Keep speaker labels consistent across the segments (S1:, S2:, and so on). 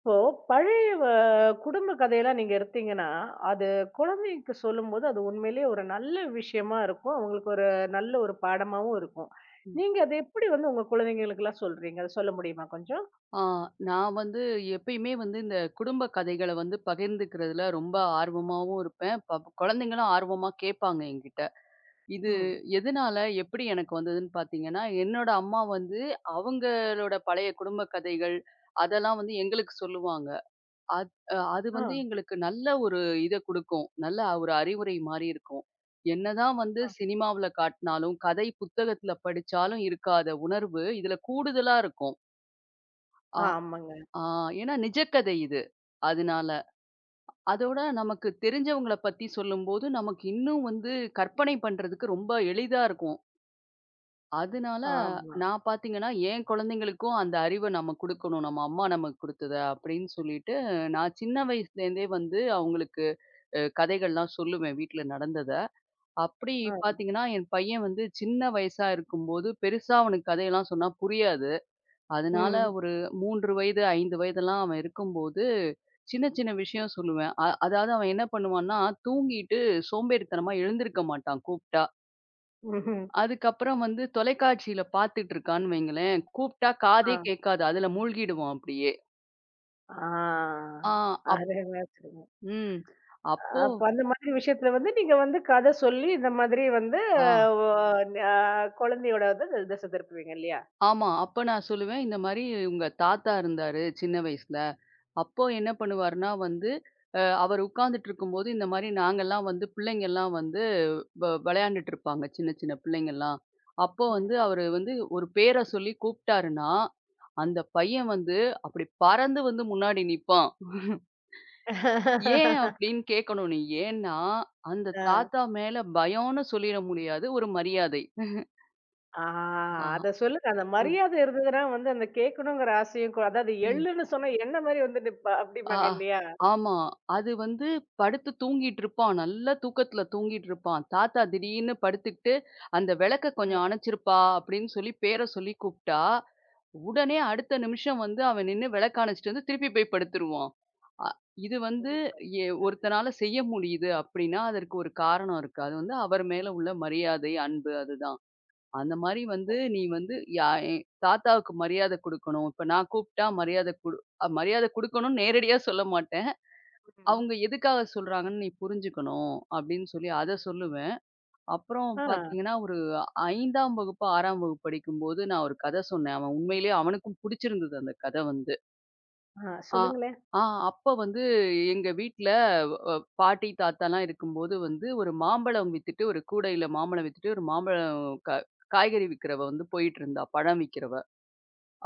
S1: இப்போ பழைய குடும்ப கதையெல்லாம் நீங்க எடுத்தீங்கன்னா, அது குழந்தைக்கு சொல்லும்போது அது உண்மையிலேயே ஒரு நல்ல விஷயமா இருக்கும். அவங்களுக்கு ஒரு நல்ல ஒரு பாடமாவும் இருக்கும்.
S2: ம்.
S1: நீங்க அத எப்படி வந்து உங்க குழந்தைங்களுக்கெல்லாம் சொல்றீங்க? அத சொல்ல முடியுமா கொஞ்சம்?
S2: ஆ நான் வந்து எப்பயுமே வந்து இந்த குடும்ப கதைகள வந்து பகிர்ந்துக்கிறதுல ரொம்ப ஆர்வமாவும் இருப்பேன். குழந்தைங்களும் ஆர்வமா கேட்பாங்க என்கிட்ட. இது
S1: ம்.
S2: எதனால, எப்படி எனக்கு வந்ததுன்னு பார்த்தீங்கன்னா, என்னோட அம்மா வந்து அவங்களோட பழைய குடும்ப கதைகள், அதெல்லாம் வந்து எங்களுக்கு சொல்லுவாங்க. அத் அது
S1: ஆ.
S2: வந்து எங்களுக்கு நல்ல ஒரு இத குடுக்கும். நல்ல ஒரு அறிவுரை மாரி இருக்கும். என்னதான் வந்து சினிமாவுல காட்டினாலும், கதை புத்தகத்தில படிச்சாலும் இருக்காத உணர்வு, இதில கூடுதலா இருக்கும். அ
S1: ஆமாங்க.
S2: ஆ ஏன்னா நிஜக்கதை இது. அதனால. அதோட நமக்கு தெரிஞ்சவங்கள பத்தி சொல்லும்போது, நமக்கு இன்னும் வந்து கற்பனை பண்றதுக்கு ரொம்ப எளிதா இருக்கும். அதனால
S1: ஆமா.
S2: நான் பார்த்தீங்கன்னா, என் குழந்தைங்களுக்கும் அந்த அறிவ நம்ம குடுக்கணும். நம்ம அம்மா நமக்கு குடுத்தத அப்படின்னு சொல்லிட்டு, நான் சின்ன வயசுலேருந்தே வந்து அவங்களுக்கு கதைகள்லாம் சொல்லுவேன் வீட்ல நடந்தத. அப்படி
S1: ஆ.
S2: பார்த்தீங்கன்னா, என் பையன் வந்து சின்ன வயசா இருக்கும்போது, பெருசா அவனுக்கு கதையெல்லாம் சொன்னா புரியாது. அதனால
S1: ம்.
S2: ஒரு 3 வயது, 5 வயதெல்லாம் அவன் இருக்கும்போது, சின்ன சின்ன விஷயம் சொல்லுவேன். அதாவது அவன் என்ன பண்ணுவான்னா, தூங்கிட்டு சோம்பேறித்தனமா எழுந்திருக்க மாட்டான் கூப்ட்டா.
S1: ம்ஹ்ம்.
S2: அதுக்கப்புறம் வந்து தொலைக்காட்சியில பாத்துட்டுருக்கான்னு வைங்களேன், கூப்ட்டா
S1: ஆ.
S2: காதே கேட்காது. அதுல மூழ்கிடுவான் அப்படியே.
S1: ஆ.
S2: ஆ அப்
S1: அருமையா சொன்னீங்க.
S2: ம். அப்போ
S1: அப்ப அந்த மாதிரி விஷயத்துல வந்து நீங்க வந்து கத சொல்லி இந்த மாதிரி வந்து
S2: ஆ
S1: வ அ குழந்தையோட வந்து திசை திருப்புவீங்க இல்லையா?
S2: ஆமா. அப்ப நான் சொல்லுவேன், இந்த மாரி உங்க தாத்தா இருந்தாரு சின்ன வயசுல. அப்போ என்ன பண்ணுவாருன்னா வந்து, அவர் உட்கார்ந்துட்டு இருக்கும்போது, இந்த மாரி நாங்கலாம் வந்து பிள்ளைங்கலாம் வந்து விளையாண்டுட்டு இருப்பாங்க. சின்ன சின்ன பிள்ளைங்கலாம். அப்போ
S1: ம்.
S2: வந்து அவரு வந்து ஒரு பேர சொல்லி கூப்பிட்டாருன்னா, அந்த பையன் வந்து அப்படி பறந்து வந்து முன்னாடி நிப்பான். ஏன் அப்படின்னு கேட்கணும் நீ. ஏன்னா, அந்த
S1: ஆ.
S2: தாத்தா மேல பயம்னு சொல்லிற முடியாது. ஒரு மரியாதை.
S1: ஆ
S2: ஆ.
S1: அத சொல்லுங்க. அந்த மரியாதை இருந்ததுன்னா வந்து அந்த கேட்கணுங்கிற ஆசையும் அதாவது
S2: அ.
S1: எள்ளுன்னு சொன்னா என்ன மாரி வந்து நிப்பா
S2: ஆ.
S1: அப்படிம்பாங்க இல்லையா?
S2: ஆமா. அது வந்து படுத்து தூங்கிட்டு இருப்பான். நல்ல தூக்கத்துல தூங்கிட்டு இருப்பான். தாத்தா திடீர்னு படுத்துக்கிட்டு, "அந்த விளக்க
S1: அ,
S2: கொஞ்சம் அணைச்சிருப்பா" அப்படின்னு சொல்லி பேர சொல்லி கூப்பிட்டா, உடனே அடுத்த நிமிஷம் வந்து அவன் நின்னு விளக்க அணைச்சுட்டு வந்து திருப்பி போய் படுத்துருவான். அ இது வந்து
S1: அ.
S2: ஒருத்தனால செய்ய முடியுது அப்படின்னா, அதற்கு ஒரு காரணம் இருக்கு. அது வந்து அவர் மேல உள்ள மரியாதை, அன்பு அதுதான். அந்த மாரி வந்து நீ வந்து யா எ தாத்தாவுக்கு மரியாதை குடுக்கணும். இப்ப நான் கூப்பிட்டா மரியாதை குடு அ மரியாதை குடுக்கணும்னு நேரடியா சொல்ல மாட்டேன்.
S1: ம்.
S2: அவங்க எதுக்காக சொல்றாங்கன்னு நீ புரிஞ்சுக்கணும் அப்படின்னு சொல்லி அதை சொல்லுவேன். அப்புறம்
S1: ஆ,
S2: பார்த்தீங்கன்னா, ஒரு 5ஆம் வகுப்பு, 6ஆம் வகுப்பு படிக்கும்போது நான் ஒரு கதை சொன்னேன். அவன் உண்மையிலேயே அவனுக்கும் புடிச்சிருந்தது அந்த கதை வந்து.
S1: ஆ
S2: ஆ
S1: சொல்லுங்களேன்.
S2: ஆ அப்ப வந்து எங்க வீட்ல அ பாட்டி, தாத்தாலாம் இருக்கும்போது வந்து ஒரு மாம்பழம் வித்துட்டு, ஒரு கூடையில மாம்பழம் வித்துட்டு, ஒரு மாம்பழம் க காய்கறி விக்கிறவ வந்து போயிட்டுருந்தா, பழம் விக்கிறவ.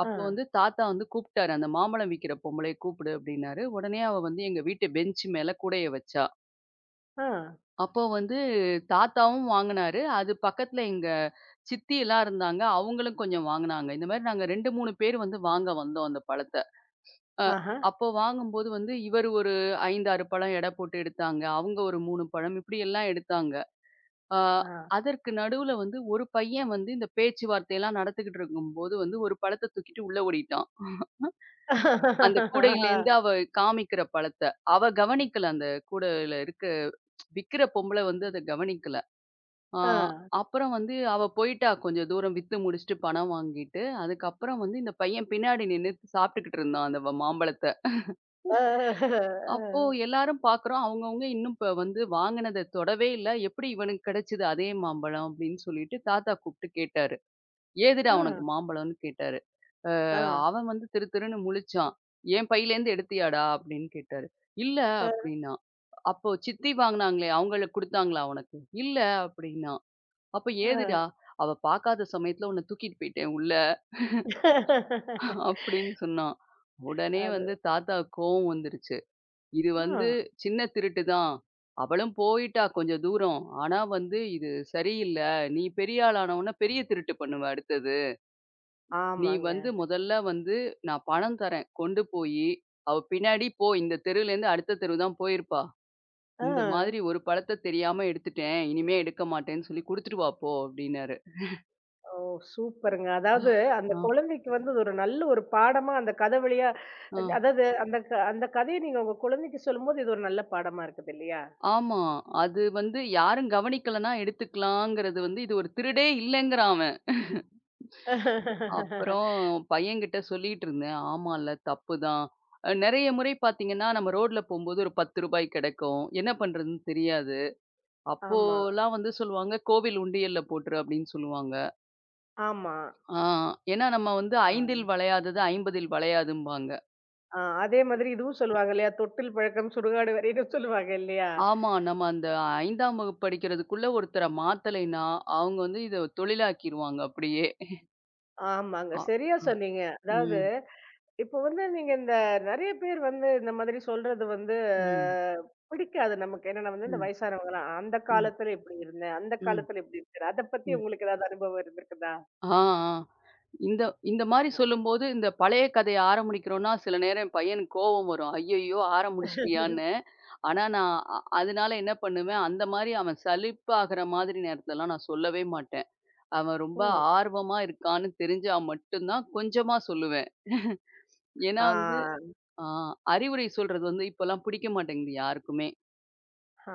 S1: ஆ,
S2: அப்போ வந்து தாத்தா வந்து கூப்பிட்டாரு, "அந்த மாம்பழம் விக்கிற பொம்பளைய கூப்பிடு" அப்படின்னாரு. உடனே அவ வந்து எங்க வீட்டு பெஞ்ச் மேல கூடைய வச்சா.
S1: ஆ,
S2: அப்போ வந்து தாத்தாவும் வாங்குனாரு. அது பக்கத்துல எங்க சித்தி எல்லாம் இருந்தாங்க. அவங்களும் கொஞ்சம் வாங்குனாங்க. இந்த மாரி நாங்க 2, 3 பேர் வந்து வாங்க வந்தோம் அந்த பழத்த. அ
S1: ஆஹா,
S2: அப்போ வாங்கும்போது வந்து இவரு ஒரு 5, 6 பழம் எடை போட்டு எடுத்தாங்க. அவங்க ஒரு 3 பழம் இப்படி எல்லாம் எடுத்தாங்க. அ
S1: ஆ.
S2: அதற்கு நடுவுல வந்து ஒரு பையன் வந்து இந்த பேச்சுவார்த்தையெல்லாம் நடத்திக்கிட்டு இருக்கும்போது வந்து ஒரு பழத்த தூக்கிட்டு உள்ள ஓடிட்டான். அந்த கூடையிலேருந்து அவ காமிக்கிற பழத்த. அவ கவனிக்கல அந்த கூடையில இருக்க விக்கிற பொம்பள வந்து அத கவனிக்கல. ஆ,
S1: ஆ, ஆ,
S2: அப்புறம் வந்து அவ போயிட்டா கொஞ்சம் தூரம் வித்து முடிச்சுட்டு பணம் வாங்கிட்டு. அதுக்கப்புறம் வந்து இந்த பையன் பின்னாடி நின்னு சாப்பிட்டுக்கிட்டு இருந்தான் அந்த மாம்பழத்த.
S1: ஆ,
S2: அப்போ
S1: ஆ,
S2: எல்லாரும் பார்க்குறோம். அவங்கவங்க இன்னும் இப்ப வந்து வாங்கினத தொடவே இல்ல. "எப்படி இவனுக்கு கிடைச்சது அதே மாம்பழம்?" அப்படின்னு சொல்லிட்டு தாத்தா கூப்பிட்டு கேட்டாரு. "ஏதுடா
S1: ஆ,
S2: உனக்கு மாம்பழம்ன்னு?" கேட்டாரு. அ அவன் வந்து திரு திருன்னு முழிச்சான். "என் பையிலேருந்து எடுத்தியாடா?" அப்படின்னு கேட்டாரு. "இல்ல"
S1: ஆ,
S2: அப்படின்னான். "அப்போ சித்தி வாங்குனாங்களே அவங்களுக்கு குடுத்தாங்களா உனக்கு?" "இல்ல" அப்படின்னா. அப்ப ஏதுடா?
S1: ஆ.
S2: அவ பாக்காத சமயத்துல உன்ன தூக்கிட்டு போயிட்டேன் உள்ள அப்படின்னு சொன்னான். உடனே
S1: அது.
S2: வந்து தாத்தாவுக்கு கோவம் வந்துருச்சு. இது
S1: ஆ,
S2: வந்து சின்ன திருட்டு தான். அவளும் போயிட்டா கொஞ்சம் தூரம். ஆனா வந்து இது சரியில்ல. நீ பெரிய ஆளான உடனே பெரிய திருட்டு பண்ணுவ அடுத்தது. நீ
S1: ஆமாங்க.
S2: வந்து முதல்ல வந்து நான் பணம் தரேன். கொண்டு போயி அவ பின்னாடி போ. இந்த தெருவுலேருந்து அடுத்த தெரு தான் போயிருப்பா.
S1: ஆ.
S2: இந்த மாதிரி ஒரு பழத்த தெரியாம எடுத்துட்டேன். இனிமே எடுக்க மாட்டேன்னு சொல்லி குடுத்துட்டு வா போ அப்படின்னாரு.
S1: ஓ! சூப்பருங்க.
S2: அ,
S1: அதாவது அந்த
S2: ஆ,
S1: குழந்தைக்கு வந்து அது ஒரு நல்ல ஒரு பாடமா அந்த கதை வழியா
S2: ஆ.
S1: அதாவது அந்த க அந்த கதைய நீங்க உங்க குழந்தைக்கு சொல்லும்போது, இது ஒரு நல்ல பாடமா இருக்குது இல்லையா?
S2: ஆமா. அது வந்து யாரும் கவனிக்கலன்னா எடுத்துக்கலாங்கிறது வந்து இது ஒரு திருடே இல்லைங்கிறான் அவன். அப்புறம் பையன்கிட்ட சொல்லிட்டு இருந்தேன். ஆமால்ல தப்புதான். நெறைய முறை பார்த்தீங்கன்னா, நம்ம ரோட்ல போம்போது ஒரு ரூ. 10 கெடைக்கும். என்ன பண்றதுன்னு தெரியாது.
S1: ஆமா,
S2: அப்போலாம் வந்து சொல்லுவாங்க, "கோவில் உண்டியல்ல போட்டுரு" அப்படின்னு சொல்லுவாங்க.
S1: ஆமா.
S2: ஆ ஏன்னா நம்ம வந்து 5ல்
S1: ஆ,
S2: வளையாதது 50ல் வளையாதும்பாங்க.
S1: ஆ அதே மாதிரி இதுவும் சொல்லுவாங்க இல்லையா? தொட்டில் பழக்கம் சுடுகாடு வரைன்னு சொல்லுவாங்க இல்லையா?
S2: ஆமா. நம்ம அந்த 5ஆம் வகுப்பு படிக்கிறதுக்குள்ள ஒருத்தர மாத்தலைன்னா, அவங்க வந்து இத தொழிலாக்கிருவாங்க அப்படியே.
S1: ஆமாங்க.
S2: அ.
S1: சரியா
S2: ஆ.
S1: சொன்னீங்க. அதாவது
S2: ம்,
S1: இப்போ வந்து நீங்க இந்த நெறைய பேர் வந்து இந்த மாதிரி சொல்றது வந்து
S2: ம்,
S1: பிடிக்காது நமக்கு. ஏன்னா நம்ம வந்து இந்த
S2: ம்,
S1: வயசானவங்கலாம், அந்த
S2: ம்,
S1: காலத்துல இப்படி இருந்தேன், அந்த
S2: ம்,
S1: காலத்துல இப்படி இருக்கிறேன். அத பத்தி
S2: ம்.
S1: உங்களுக்கு ஏதாவது அனுபவம் இருந்திருக்குதா?
S2: ஆ, ஆ. இந்த இந்த மாரி சொல்லும்போது, இந்த பழைய கதைய ஆரம்பிக்கிறோம்னா, சில நேரம் என் பையனுக்கு கோவம் வரும். "ஐய்யய்யோ! ஆரம்பிச்சுட்டியான்னு." ஆனா நான் அதனால என்ன பண்ணுவேன், அந்த மாரி அவன் சலிப்பாகுற மாதிரி நேரத்துலலாம் நான் சொல்லவே மாட்டேன். அவன் ரொம்ப
S1: ம்.
S2: ஆர்வமா இருக்கான்னு தெரிஞ்சா மட்டும் தான் கொஞ்சமா சொல்லுவேன். ஏன்னா வந்து
S1: ஆ,
S2: ஆ அறிவுரை சொல்றது வந்து இப்பலாம் பிடிக்க மாட்டேங்குது யாருக்குமே.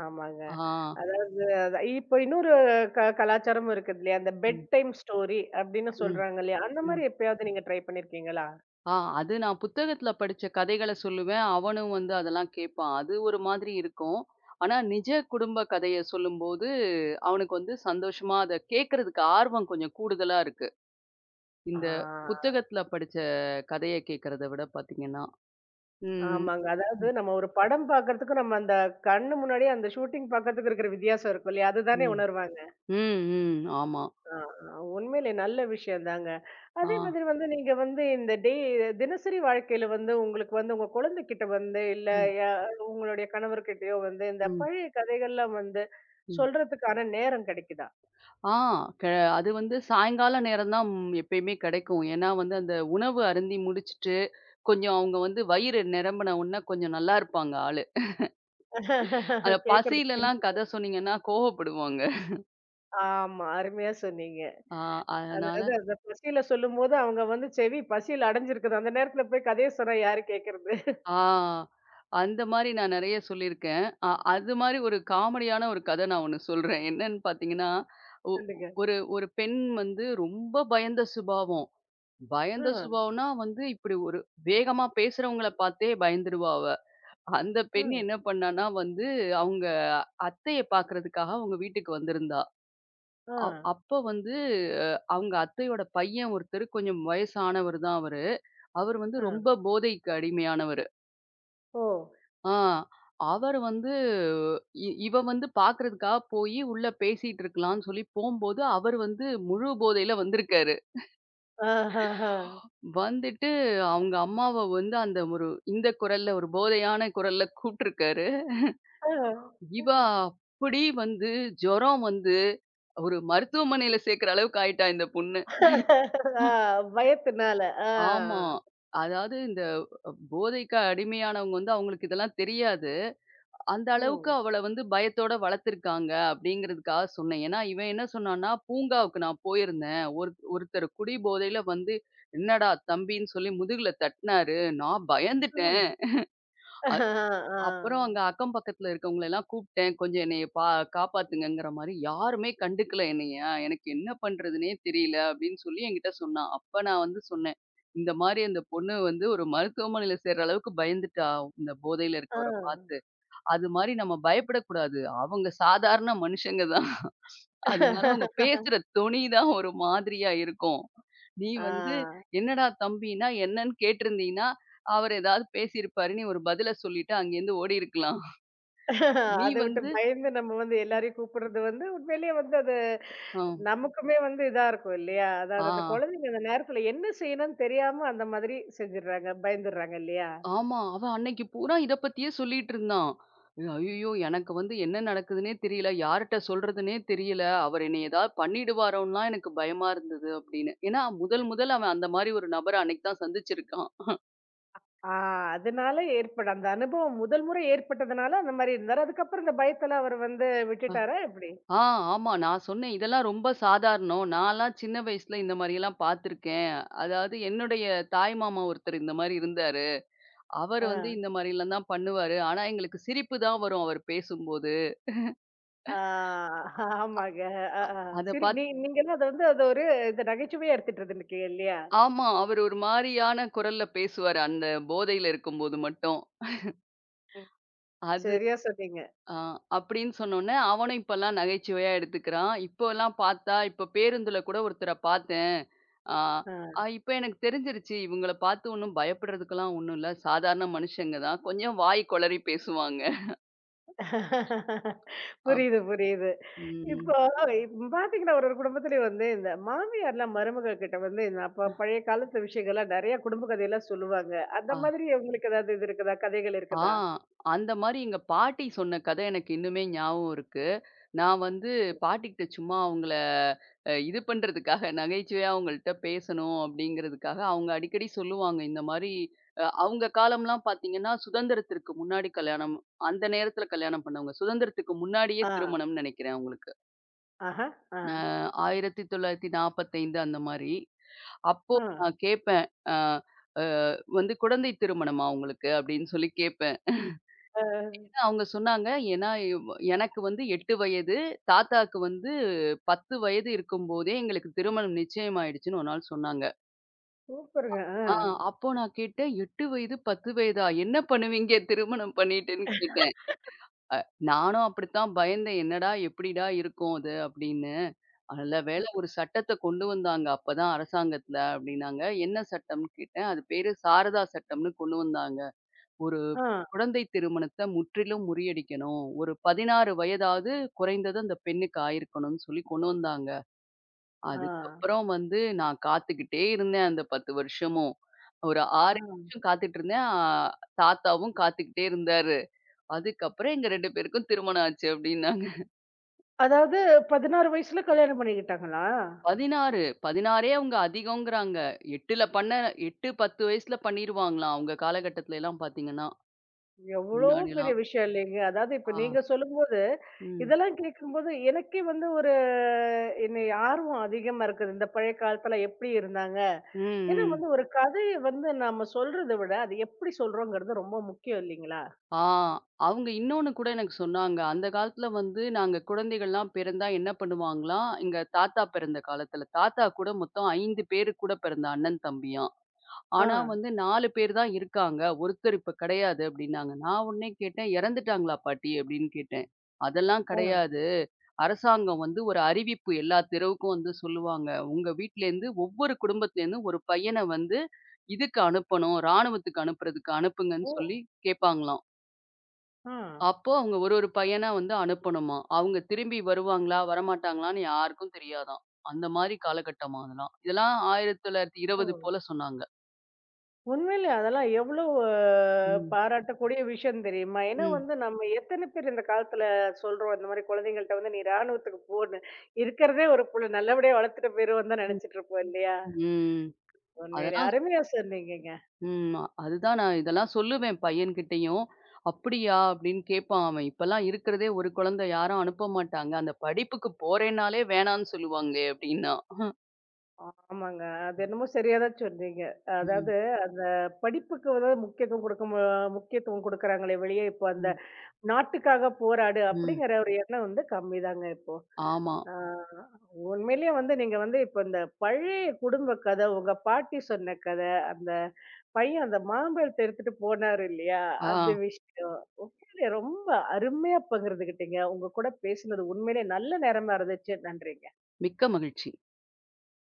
S1: ஆமாங்க.
S2: ஆ.
S1: அதாவது அத இப்ப இன்னொரு கலாச்சாரமும் இருக்குது இல்லையா? அந்த பெட்
S2: ம்,
S1: டைம் ஸ்டோரி அப்படின்னு
S2: ம்,
S1: சொல்றாங்க இல்லையா? அந்த
S2: ம்.
S1: மாரி எப்பயாவது நீங்க ட்ரை பண்ணியிருக்கீங்களா?
S2: ஆ அது நான் புத்தகத்துல படிச்ச கதைகள சொல்லுவேன். அவனும் வந்து அதெல்லாம் கேட்பான். அது ஒரு மாதிரி இருக்கும். ஆனா நிஜ குடும்ப கதைய சொல்லும்போது, அவனுக்கு வந்து சந்தோஷமா அத கேட்கறதுக்கு ஆர்வம் கொஞ்சம் கூடுதலா இருக்கு.
S1: ஆ,
S2: இந்த புத்தகத்துல படிச்ச கதைய கேட்கறத விட பார்த்தீங்கன்னா. ம்.
S1: ஆமாங்க. அதாவது
S2: ம்.
S1: நம்ம ஒரு படம் பாக்கறதுக்கும், நம்ம அந்த கண்ணு முன்னாடியே அந்த ஷூட்டிங் பாக்கறதுக்கு இருக்கிற வித்தியாசம் இருக்கும் இல்லையா? அதுதானே
S2: ம்.
S1: உணர்வாங்க.
S2: ம். ம். ஆமா.
S1: ஆ, ஆ, உண்மையிலே நல்ல விஷயம் தாங்க.
S2: ஆ.
S1: அதே மாதிரி வந்து நீங்க வந்து இந்த தினசரி வாழ்க்கையில வந்து உங்களுக்கு வந்து உங்க குழந்தைகிட்ட வந்து இல்ல
S2: ம்.
S1: யா உங்களுடைய கணவர்கிட்டயோ வந்து இந்த
S2: ம்.
S1: பழைய கதைகள்லாம் வந்து
S2: ம்.
S1: சொல்றதுக்கான நேரம் கிடைக்குதா?
S2: ஆ க அது வந்து சாயங்கால நேரம் தான் எப்பயுமே கிடைக்கும். ஏன்னா வந்து அந்த உணவு அருந்தி முடிச்சுட்டு, கொஞ்சம் அவங்க வந்து வயிறு நிரம்பின உடனே கொஞ்சம் நல்லா இருப்பாங்க ஆளு. அந்த பசியிலலாம்
S1: கேட்கறதுக்கு
S2: கதை சொன்னீங்கன்னா கோவப்படுவாங்க.
S1: ஆமா. அருமையா சொன்னீங்க.
S2: ஆ
S1: அதாவது
S2: அதனால
S1: அந்த பசியில சொல்லும்போது அவங்க வந்து செவி பசியில அடைஞ்சிருக்குது. அந்த நேரத்துல போய் கதைய சொன்னா யாரு கேட்கறது?
S2: ஆ அந்த மாரி நான் நெறைய சொல்லியிருக்கேன். அது மாரி ஒரு காமெடியான ஒரு கதை நான் ஒண்ணு சொல்றேன். என்னன்னு பார்த்தீங்கன்னா, ஒ
S1: சொல்லுங்க.
S2: ஒரு ஒரு பெண் வந்து ரொம்ப பயந்த சுபாவம்.
S1: ஆ,
S2: பயந்த சுபாவம்னா வந்து இப்படி ஒரு வேகமா பேசுறவங்கள பார்த்தே பயந்துருவா அவ. அந்த
S1: ஆ,
S2: பெண் என்ன பண்ணான்னா வந்து, அவங்க அத்தைய பார்க்கறதுக்காக அவங்க வீட்டுக்கு வந்திருந்தா.
S1: ஆ,
S2: அ அப்ப வந்து அ அவங்க அத்தையோட பையன் ஒருத்தரு கொஞ்சம் வயசானவரு தான் அவரு. அவரு வந்து
S1: ஆ.
S2: ரொம்ப போதைக்கு அடிமையானவரு.
S1: ஓ!
S2: ஆ அவரு வந்து இவ வந்து பார்க்கறதுக்காக போயி உள்ள பேசிட்டு இருக்கலான்னு சொல்லி போம்போது, அவரு வந்து முழு போதையில வந்திருக்காரு.
S1: ஆஹஹா.
S2: வந்துட்டு அவங்க அம்மாவ வந்து அந்த ஒரு இந்த குரல்ல ஒரு போதையான குரல்ல கூப்ட்டுருக்காரு.
S1: ஆ.
S2: இவ அப்படி வந்து ஜுரம் வந்து ஒரு மருத்துவமனையில சேர்க்கிற அளவுக்கு ஆயிட்டா இந்த பொண்ணு.
S1: ஆ, பயத்தினால. ஆ.
S2: ஆமா. அதாவது இந்த போதைக்கு அடிமையானவங்க வந்து அவங்களுக்கு இதெல்லாம் தெரியாது. அந்த அளவுக்கு
S1: ம்.
S2: அவள வந்து பயத்தோட வளர்த்துருக்காங்க அப்படிங்கிறதுக்காக சொன்னேன். ஏன்னா, இவன் என்ன சொன்னான்னா, பூங்காவுக்கு நான் போயிருந்தேன். ஒருத்தர் குடி போதையில வந்து, "என்னடா தம்பின்னு சொல்லி முதுகுல தட்டினாரு. நான் பயந்துட்டேன்."
S1: ஆ.
S2: அப்புறம்
S1: ஆ.
S2: அங்க அக்கம் பக்கத்துல இருக்கவங்கள எல்லாம் கூப்பிட்டேன். "கொஞ்சம் என்னைய காப்பாத்துங்கங்கிற" மாரி. யாருமே கண்டுக்கல என்னைய. எனக்கு என்ன பண்றதுன்னே தெரியல அப்படின்னு சொல்லி என்கிட்ட சொன்னா. அப்ப நான் வந்து சொன்னேன். இந்த மாரி அந்த பொண்ணு வந்து ஒரு மருத்துவமனையில சேர்ற அளவுக்கு பயந்துட்டா, இந்த போதையில
S1: ஆ.
S2: இருக்கவர பார்த்து. அது மாரி நம்ம பயப்படக்கூடாது. அவங்க சாதாரண மனுஷங்க தான். அதனால அவங்க பேசுற தொனி தான் ஒரு மாதிரியா இருக்கும். நீ
S1: ஆ.
S2: வந்து "என்னடா தம்பின்னா என்னன்னு கேட்டிருந்தீன்னா, அவர் ஏதாவது பேசியிருப்பாரு" நீ ஒரு பதில சொல்லிட்டு அங்கேருந்து ஓடியிருக்கலாம். நீ
S1: அத விட்டு
S2: வந்து
S1: பயந்து நம்ம வந்து எல்லாரையும் கூப்பிடுறது வந்து உண்மையிலேயே வந்து அது
S2: ஆ,
S1: நமக்குமே வந்து இதா இருக்கும் இல்லையா?
S2: ஆ,
S1: அதாவது அந்த குழந்தைங்க அந்த நேரத்துல என்ன செய்யணும்னு தெரியாம அந்த மாதிரி செஞ்சுடுறாங்க, பயந்துடுறாங்க இல்லையா?
S2: ஆமா. அவன் அன்னைக்கு பூரா இத பத்தியே சொல்லிட்டு இருந்தான். ஐயய்யோ! எனக்கு வந்து என்ன நடக்குதுன்னே தெரியல. யார்ட்ட சொல்றதுன்னே தெரியல. அவர் என்னை ஏதாவது பண்ணிடுவாரோன்லாம் எனக்கு பயமா இருந்தது அப்படின்னு. ஏன்னா, முதல் முதல் அவன் அந்த மாரி ஒரு நபர அன்னைக்கு தான் சந்திச்சிருக்கான்.
S1: ஆ அதனால ஏற்பட அந்த அனுபவம் முதல் முறை ஏற்பட்டதுனால அந்த மாரி இருந்தாரு. அதுக்கப்புறம் இந்த பயத்தெல்லாம் அவரு வந்து
S2: அ-
S1: விட்டுட்டாரா எப்படி?
S2: ஆ, ஆமா. நான் சொன்னேன், "இதெல்லாம் ரொம்ப சாதாரணம். நான்லாம் சின்ன வயசுல இந்த மாரியெல்லாம் பார்த்துருக்கேன். அதாவது என்னுடைய தாய் மாமா ஒருத்தர் இந்த மாரி இருந்தாரு. அவரு
S1: ஆ.
S2: வந்து இந்த மாரிலாம் தான் பண்ணுவாரு. ஆனா எங்களுக்கு சிரிப்பு தான் வரும் அவர் பேசும்போது.
S1: ஆ ஆமாங்க. அ, அ.
S2: அத
S1: சரி
S2: பார்த்து
S1: நீங்கலாம் அத வந்து அது ஒரு இந்த நகைச்சுவையா எடுத்துட்டு இருந்திருக்கீங்க இல்லையா?
S2: ஆமா. அவரு ஒரு மாரியான குரல்ல பேசுவாரு. அந்த போதையில இருக்கும்போது மட்டும்.
S1: ம்.
S2: அது
S1: சரியா சொன்னீங்க.
S2: ஆ அப்படின்னு சொன்னோனே, அவனும் இப்பல்லாம் நகைச்சுவையா எடுத்துக்கிறான். இப்போலாம் பார்த்தா, இப்ப பேருந்துல கூட ஒருத்தர பார்த்தேன். ஆ அ
S1: ஆ.
S2: இப்ப எனக்கு தெரிஞ்சிருச்சு. இவங்கள பார்த்து ஒண்ணும் பயப்படுறதுக்கெல்லாம் ஒண்ணும் இல்ல. சாதாரண மனுஷங்க தான். கொஞ்சம் வாய் கொளறி பேசுவாங்க. அப்
S1: புரியுது, புரியுது.
S2: ம்.
S1: இப்போ பார்த்தீங்கன்னா, ஒரு ஒரு குடும்பத்திலயும் வந்து இந்த மாமியார்லாம் மருமகள் கிட்ட வந்து இந்த அப்ப பழைய காலத்து விஷயங்கள்லாம் நெறைய குடும்ப கதையெல்லாம் சொல்லுவாங்க. அந்த
S2: ஆ.
S1: மாதிரி உங்களுக்கு ஏதாவது இது இருக்குதா? கதைகள்
S2: ஆ,
S1: இருக்குதா?
S2: அந்த மாரி எங்க பாட்டி சொன்ன கதை எனக்கு இன்னுமே ஞாபகம் இருக்கு. நான் வந்து பாட்டிகிட்ட சும்மா அவங்கள இது பண்றதுக்காக நகைச்சுவையா அவங்கள்ட்ட பேசணும் அப்படிங்கிறதுக்காக, அவங்க அடிக்கடி சொல்லுவாங்க இந்த மாரி அவங்க காலம்லாம் பார்த்தீங்கன்னா, சுதந்திரத்திற்கு முன்னாடி கல்யாணம் அந்த நேரத்தில கல்யாணம் பண்ணவங்க. சுதந்திரத்துக்கு முன்னாடியே
S1: ஆ.
S2: திருமணம்னு நெனைக்கிறேன் அவங்களுக்கு.
S1: ஆஹா. ஆ.
S2: அ 1945 அந்த மாரி. அப்போ
S1: ஆ.
S2: நான் கேட்பேன். அ அ வந்து "குழந்தை திருமணமா உங்களுக்கு?" அப்படின்னு சொல்லி கேட்பேன்.
S1: அ.
S2: அவங்க சொன்னாங்க. ஏன்னா, எவ் எனக்கு வந்து 8 வயது, தாத்தாக்கு வந்து 10 வயது இருக்கும்போதே எங்களுக்கு திருமணம் நிச்சயமாயிடுச்சுன்னு ஒரு நாள் சொன்னாங்க.
S1: சூப்பருங்க. ஆ.
S2: ஆ அப்போ நான் கேட்டேன், "8 வயது, 10 வயதா? என்ன பண்ணுவீங்க திருமணம் பண்ணிட்டுன்னு?" கேட்டேன். நானும் அப்படித்தான் பயந்தேன். என்னடா, எப்படிடா இருக்கும் அது அப்படின்னு. நல்ல வேளை ஒரு சட்டத்த கொண்டு வந்தாங்க அப்பதான் அரசாங்கத்துல அப்படின்னாங்க. என்ன சட்டம்ன்னு கேட்டேன். அது பேரு சாரதா சட்டம்ன்னு கொண்டு வந்தாங்க. ஒரு
S1: ஆ.
S2: குழந்தை திருமணத்த முற்றிலும் முறியடிக்கணும். ஒரு 16 வயதாவது குறைந்தது அந்த பெண்ணுக்கு ஆயிருக்கணும்னு சொல்லி கொண்டு வந்தாங்க.
S1: ஆ.
S2: அதுக்கப்புறம் வந்து நான் காத்துக்கிட்டே இருந்தேன் அந்த 10 வருஷமும். ஒரு
S1: ஆ.
S2: 6 வருஷம் காத்துட்டுருந்தேன். தாத்தாவும் காத்துக்கிட்டே இருந்தாரு. அதுக்கப்புறம் எங்க 2 பேருக்கும் திருமணம் ஆச்சு அப்டின்னாங்க.
S1: அதாவது 16 வயசுல கல்யாணம் பண்ணிக்கிட்டாங்களா?
S2: 16 16ஏ அவங்க அதிகங்கிறாங்க. 8ல பண்ண 8, 10 வயசுல பண்ணிருவாங்களாம். அவங்க காலகட்டத்துலலாம் பார்த்தீங்கன்னா,
S1: எவ்வளோ பெரிய
S2: முன்னாடிலாம்.
S1: விஷயம் இல்லைங்க. அதாவது இப்ப
S2: ஆ.
S1: நீங்க சொல்லும்போது,
S2: ம்.
S1: இதெல்லாம் கேட்கும்போது எனக்கே வந்து ஒரு என்னை ஆர்வம் அதிகமா இருக்குது. இந்த பழைய காலத்துல எப்படி இருந்தாங்க?
S2: ம்,
S1: ஏன்னா
S2: ம்.
S1: வந்து ஒரு கதைய வந்து நாம சொல்றத விட, அது எப்படி சொல்றோங்கிறது ரொம்ப முக்கியம் இல்லைங்களா?
S2: ஆ. அவங்க இன்னொன்னு கூட எனக்கு சொன்னாங்க. அந்த காலத்துல வந்து நாங்க குழந்தைகள்லாம் பிறந்தா என்ன பண்ணுவாங்களாம், எங்க தாத்தா பிறந்த காலத்துல. தாத்தா கூட மொத்தம் 5 பேரு கூட பிறந்த அண்ணன், தம்பியாம்.
S1: ஆ,
S2: ஆனா வந்து 4 பேர் தான் இருக்காங்க. ஒருத்தர் இப்ப கிடையாது அப்டின்னாங்க. நான் உடனே கேட்டேன், "இறந்துட்டாங்களா பாட்டி?" அப்டின்னு கேட்டேன். அதெல்லாம்
S1: ஆ.
S2: கிடையாது. அரசாங்கம் வந்து ஒரு அறிவிப்பு எல்லா தெருவுக்கும் வந்து சொல்லுவாங்க. உங்க வீட்லேருந்து ஒவ்வொரு குடும்பத்துலேருந்தும் ஒரு பையன வந்து இதுக்கு அனுப்பணும். ராணுவத்துக்கு அனுப்புறதுக்கு அனுப்புங்கன்னு
S1: ஓ!
S2: சொல்லி கேட்பாங்களாம்.
S1: ஆ.
S2: அப்போ அவங்க ஒரு ஒரு பையனா வந்து அனுப்பணுமாம். அவங்க திரும்பி வருவாங்களா? வரமாட்டாங்களான்னு யாருக்கும் தெரியாதாம். அந்த மாரி காலகட்டமாம் அதெல்லாம். இதெல்லாம்
S1: ஓ!
S2: 1920 போல சொன்னாங்க.
S1: உண்மையிலே அதெல்லாம் எவ்வளோ
S2: ம்.
S1: பாராட்டக்கூடிய விஷயம் தெரியுமா? ஏன்னா
S2: ம்.
S1: வந்து நம்ம எத்தனை பேர் இந்த காலத்துல சொல்றோம், இந்த மாரி குழந்தைங்கள்ட்ட வந்து, "நீ ராணுவத்துக்கு போன்னு. இருக்கிறதே ஒரு புள்ள நல்லபடியா வளர்த்துட்டு போயிருவோம்" தான்
S2: ம்.
S1: நினைச்சிட்டு இருப்போம் இல்லையா?
S2: ம்.
S1: உண்மையிலே
S2: அதெல்லாம்
S1: அருமையா சொன்னீங்கங்க.
S2: ம். அதுதான் நான் இதெல்லாம் சொல்லுவேன் பையன்கிட்டயும். "அப்படியா?" அப்படின்னு கேட்பான் அவன். இப்பலாம் இருக்கிறதே ஒரு குழந்தை யாரும் அனுப்ப மாட்டாங்க. அந்த படிப்புக்கு போறேன்னாலே வேணான்னு சொல்லுவாங்களே! அப்படின்னா.
S1: ஆமாங்க. அது என்னமோ சரியா தான் சொன்னீங்க.
S2: ம்.
S1: அதாவது அந்த படிப்புக்கு வந்து முக்கியத்துவம் கொடுக்க முக்கியத்துவம் கொடுக்குறாங்களே வெளிய, இப்போ அந்த
S2: ம்.
S1: "நாட்டுக்காக போராடு"
S2: ம்.
S1: அப்படிங்கிற ஒரு எண்ணம் வந்து கம்மிதாங்க இப்போ.
S2: ஆமா.
S1: ஆ, உண்மையிலேயே வந்து நீங்க வந்து இப்ப இந்த பழைய குடும்ப கதை, உங்க பாட்டி சொன்ன கதை, அந்த பையன் அந்த மாம்பழத்த எடுத்துட்டு போனாரு இல்லையா?
S2: ஆ.
S1: அது விஷயம். உண்மையிலேயே ரொம்ப அருமையா பகிர்ந்துக்கிட்டீங்க. உங்க கூட பேசினது உண்மையிலேயே நல்ல நேரமா இருந்துச்சு. நன்றிங்க.
S2: மிக்க மகிழ்ச்சி.